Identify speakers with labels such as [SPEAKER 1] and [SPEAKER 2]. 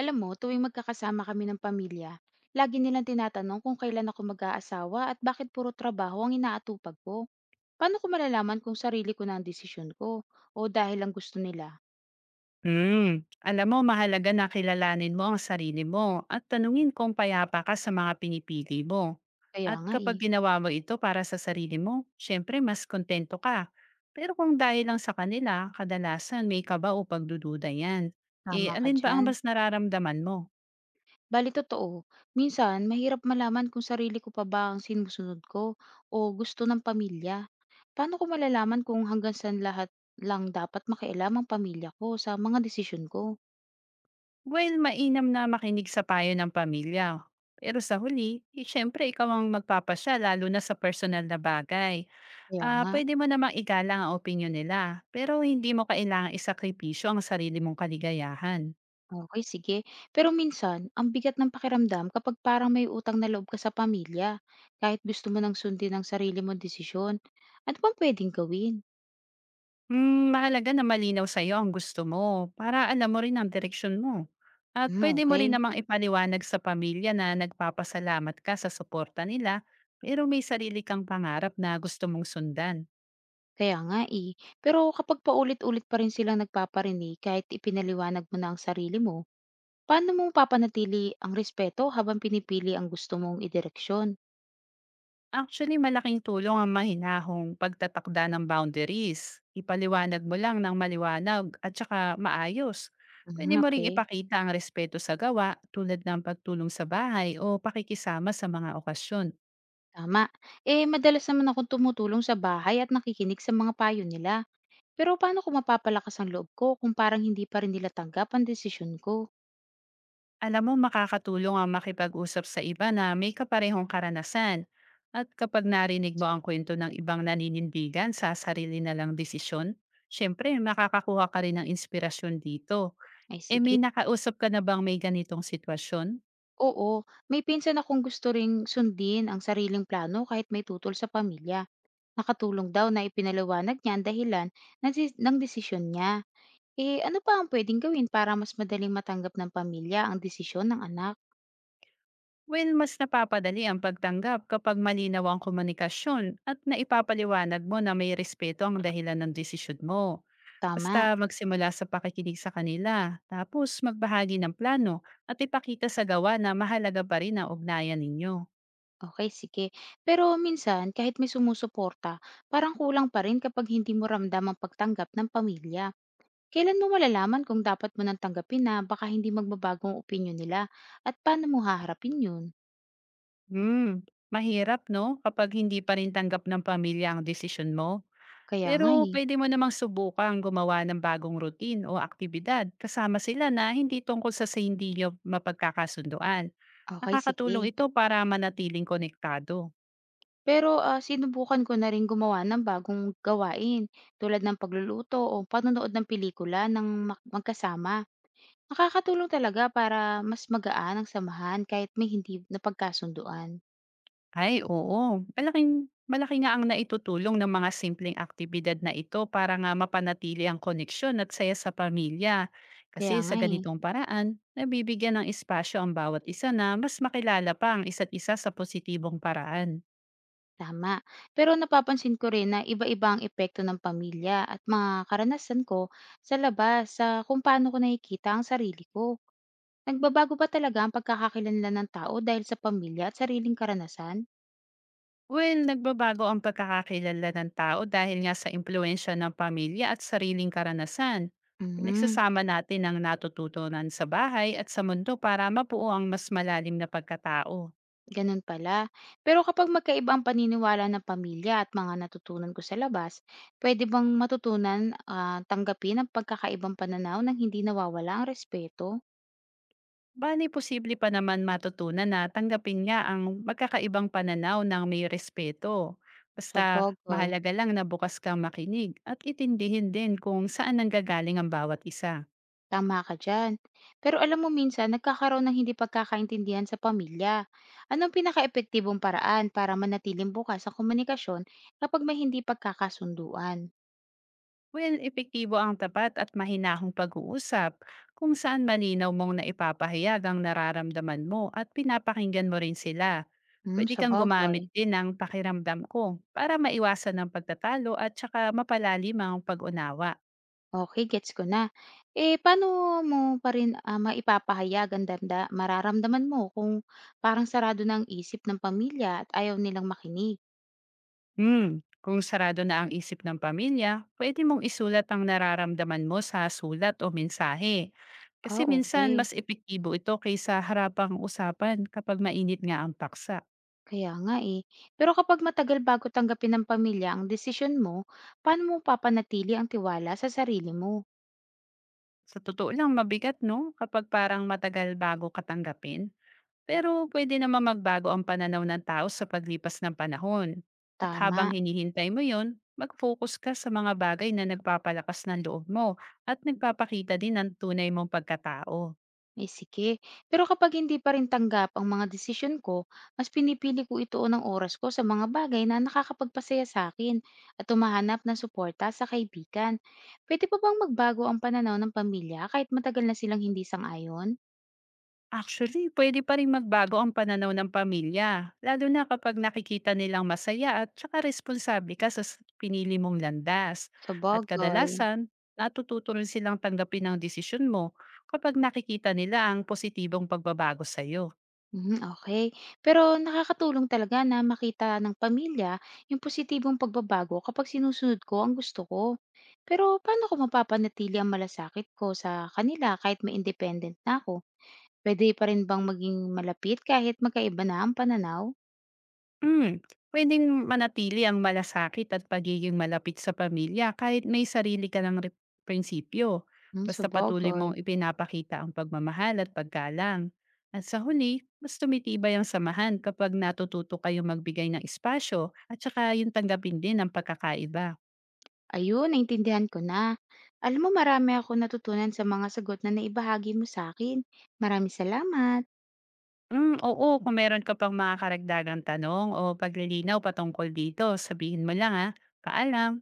[SPEAKER 1] Alam mo, tuwing magkakasama kami ng pamilya, lagi nilang tinatanong kung kailan ako mag-aasawa at bakit puro trabaho ang inaatupag ko. Paano ko malalaman kung sarili ko na ang desisyon ko o dahil lang gusto nila?
[SPEAKER 2] Hmm, alam mo mahalaga na kilalanin mo ang sarili mo at tanungin kung payapa ka sa mga pinipili mo.
[SPEAKER 1] Kaya
[SPEAKER 2] At
[SPEAKER 1] nga eh,
[SPEAKER 2] kapag ginawa mo ito para sa sarili mo, syempre mas kontento ka. Pero kung dahil lang sa kanila, kadalasan may kaba o pagdududa yan. Eh,
[SPEAKER 1] tama ka
[SPEAKER 2] alin ba ang
[SPEAKER 1] dyan.
[SPEAKER 2] mas nararamdaman mo?
[SPEAKER 1] Bali totoo, minsan mahirap malaman kung sarili ko pa ba ang sinusunod ko o gusto ng pamilya. Paano ko malalaman kung hanggang saan lahat lang dapat makialam ang pamilya ko sa mga desisyon ko?
[SPEAKER 2] Well, mainam na makinig sa payo ng pamilya. Pero sa huli, eh, syempre ikaw ang magpapasya lalo na sa personal na bagay.
[SPEAKER 1] Kaya
[SPEAKER 2] Ah,
[SPEAKER 1] nga.
[SPEAKER 2] puwede mo namang igalang ang opinyon nila, pero hindi mo kailangang isakripisyo ang sarili mong kaligayahan.
[SPEAKER 1] Okay, sige. Pero minsan, ang bigat ng pakiramdam kapag parang may utang na loob ka sa pamilya, kahit gusto mo nang sundin ang sarili mong desisyon. Ano bang puwedeng gawin?
[SPEAKER 2] Hmm, mahalaga na malinaw sa iyo ang gusto mo para alam mo rin ang direksyon mo. At
[SPEAKER 1] Hmm,
[SPEAKER 2] puwede mo rin
[SPEAKER 1] okay.
[SPEAKER 2] namang ipaliwanag sa pamilya na nagpapasalamat ka sa suporta nila, pero may sarili kang pangarap na gusto mong sundan.
[SPEAKER 1] Kaya nga, eh. Pero kapag paulit-ulit pa rin silang nagpaparinig kahit ipinaliwanag mo na ang sarili mo, paano mo papanatili ang respeto habang pinipili ang gusto mong idireksyon?
[SPEAKER 2] Actually, malaking tulong ang mahinahong pagtatakda ng boundaries. Ipaliwanag mo lang ng maliwanag at saka maayos.
[SPEAKER 1] Mhm,
[SPEAKER 2] Pwede mo ring
[SPEAKER 1] okay.
[SPEAKER 2] ipakita ang respeto sa gawa tulad ng pagtulong sa bahay o pakikisama sa mga okasyon.
[SPEAKER 1] Tama. Eh, madalas naman akong tumutulong sa bahay at nakikinig sa mga payo nila. Pero paano ko mapapalakas ang loob ko kung parang hindi pa rin nila tanggap ang desisyon ko?
[SPEAKER 2] Alam mo, makakatulong ang makipag-usap sa iba na may kaparehong karanasan. At kapag narinig mo
[SPEAKER 1] So.
[SPEAKER 2] ang kwento ng ibang naninindigan sa sarili na lang desisyon, syempre makakakuha ka rin ng inspirasyon dito.
[SPEAKER 1] Ay,
[SPEAKER 2] Eh,
[SPEAKER 1] sige.
[SPEAKER 2] may nakausap ka na bang may ganitong sitwasyon?
[SPEAKER 1] Oo, may pinsan akong gusto ring sundin ang sariling plano kahit may tutol sa pamilya. Nakatulong daw na ipinaliwanag niya ang dahilan ng desisyon niya. Eh, ano pa ang pwedeng gawin para mas madaling matanggap ng pamilya ang desisyon ng anak?
[SPEAKER 2] Well, mas napapadali ang pagtanggap kapag malinaw ang komunikasyon at naipapaliwanag mo na may respeto ang dahilan ng desisyon mo.
[SPEAKER 1] Tama.
[SPEAKER 2] Basta magsimula sa pakikinig sa kanila, tapos magbahagi ng plano at ipakita sa gawa na mahalaga pa rin ang ugnayan ninyo.
[SPEAKER 1] Okay, sige. Pero minsan, kahit may sumusuporta, parang kulang pa rin kapag hindi mo ramdam ang pagtanggap ng pamilya. Kailan mo malalaman kung dapat mo nang tanggapin na baka hindi magbabago ang opinyon nila at paano mo haharapin yun?
[SPEAKER 2] Hmm, mahirap 'no, kapag hindi pa rin tanggap ng pamilya ang desisyon mo.
[SPEAKER 1] Kaya nga
[SPEAKER 2] Pero
[SPEAKER 1] eh.
[SPEAKER 2] pwede mo namang subukang gumawa ng bagong routine o aktibidad kasama sila na hindi tungkol sa hindi niyo mapagkakasunduan.
[SPEAKER 1] Okay,
[SPEAKER 2] Nakakatulong
[SPEAKER 1] sige.
[SPEAKER 2] ito para manatiling konektado.
[SPEAKER 1] Pero sinubukan ko na rin gumawa ng bagong gawain tulad ng pagluluto o panonood ng pelikula magkasama. Nakakatulong talaga para mas magaan ang samahan kahit may hindi napagkasunduan.
[SPEAKER 2] Ay oo, malaking malaki nga ang naitutulong ng mga simpleng aktibidad na ito para nga mapanatili ang koneksyon at saya sa pamilya.
[SPEAKER 1] Kaya
[SPEAKER 2] Kasi sa
[SPEAKER 1] nga eh.
[SPEAKER 2] ganitong paraan, nabibigyan ng espasyo ang bawat isa na mas makilala pa ang isa't isa sa positibong paraan.
[SPEAKER 1] Tama. Pero napapansin ko rin na iba-iba ang epekto ng pamilya at mga karanasan ko sa labas sa kung paano ko nakikita ang sarili ko. Nagbabago ba talaga ang pagkakakilanlan ng tao dahil sa pamilya at sariling karanasan?
[SPEAKER 2] Well, nagbabago ang pagkakakilala ng tao dahil nga sa impluensya ng pamilya at sariling karanasan.
[SPEAKER 1] Hmm,
[SPEAKER 2] Pinagsasama natin ang natututunan sa bahay at sa mundo para mapuo ang mas malalim na pagkatao.
[SPEAKER 1] ganun pala. Pero kapag magkaiba ang paniniwala ng pamilya at mga natutunan ko sa labas, pwede bang matutunan tanggapin ang pagkakaibang pananaw nang hindi nawawala ang respeto?
[SPEAKER 2] Bale posible pa naman matutunan na tanggapin nga ang magkakaibang pananaw ng may respeto. Basta
[SPEAKER 1] Sabagay.
[SPEAKER 2] mahalaga lang na bukas kang makinig at itindihin din kung saan nanggagaling ang bawat isa.
[SPEAKER 1] Tama ka diyan. Pero alam mo minsan nagkakaroon ng hindi pagkakaintindihan sa pamilya. Anong pinakaepektibong paraan para manatiling bukas sa komunikasyon kapag may hindi pagkakasunduan?
[SPEAKER 2] Well, epektibo ang tapat at mahinahong pag-uusap kung saan malinaw mong naipapahayag ang nararamdaman mo at pinapakinggan mo rin sila.
[SPEAKER 1] Hmm,
[SPEAKER 2] Pwede kang gumamit
[SPEAKER 1] sabagay.
[SPEAKER 2] din ng pakiramdam ko para maiwasan ng pagtatalo at saka mapalalim ang pag-unawa.
[SPEAKER 1] Okay, gets ko na. Eh, paano mo pa rin maipapahayag ang mararamdaman mo kung parang sarado na ang isip ng pamilya at ayaw nilang makinig?
[SPEAKER 2] Hmm, kung sarado na ang isip ng pamilya, pwede mong isulat ang nararamdaman mo sa sulat o mensahe.
[SPEAKER 1] Ah,
[SPEAKER 2] Kasi minsan
[SPEAKER 1] okay.
[SPEAKER 2] mas epektibo ito kaysa harapang usapan kapag mainit nga ang paksa.
[SPEAKER 1] Kaya nga eh. Pero kapag matagal bago tanggapin ng pamilya ang desisyon mo, paano mo papanatili ang tiwala sa sarili mo?
[SPEAKER 2] Sa totoo lang mabigat no kapag parang matagal bago katanggapin. Pero pwede naman magbago ang pananaw ng tao sa paglipas ng panahon. At habang
[SPEAKER 1] Tama.
[SPEAKER 2] hinihintay mo yon, mag-focus ka sa mga bagay na nagpapalakas ng loob mo at nagpapakita din ng tunay mong pagkatao.
[SPEAKER 1] Eh, sige. Pero kapag hindi pa rin tanggap ang mga desisyon ko, mas pinipili ko ituon ng oras ko sa mga bagay na nakakapagpasaya sa akin at tumahanap ng suporta sa kaibigan. Pwede pa bang magbago ang pananaw ng pamilya kahit matagal na silang hindi sang-ayon?
[SPEAKER 2] Actually, pwede pa rin magbago ang pananaw ng pamilya, lalo na kapag nakikita nilang masaya at saka responsable ka sa pinili mong landas.
[SPEAKER 1] Sa
[SPEAKER 2] At
[SPEAKER 1] bagay.
[SPEAKER 2] kadalasan, natututo rin silang tanggapin ang desisyon mo kapag nakikita nila ang positibong pagbabago sa'yo.
[SPEAKER 1] Mhm, okay. Pero nakakatulong talaga na makita ng pamilya yung positibong pagbabago kapag sinusunod ko ang gusto ko. Pero paano ko mapapanatili ang malasakit ko sa kanila kahit may independent na ako? Puwede pa rin bang maging malapit kahit magkaiba na ang pananaw?
[SPEAKER 2] Hmm, puwedeng manatili ang malasakit at pagiging malapit sa pamilya kahit may sarili ka ng prinsipyo,
[SPEAKER 1] Hmm,
[SPEAKER 2] basta patuloy
[SPEAKER 1] sabagay.
[SPEAKER 2] mong ipinapakita ang pagmamahal at paggalang. At sa huli, mas tumitibay ang samahan kapag natututo kayong magbigay ng espasyo at saka yung tanggapin din ang pagkakaiba.
[SPEAKER 1] Ayun, naintindihan ko na. Alam mo, marami akong natutunan sa mga sagot na naibahagi mo sa akin. Maraming salamat.
[SPEAKER 2] Hmm, oo, kung meron ka pang mga karagdagang tanong o paglilinaw patungkol dito, sabihin mo lang, ah. Paalam.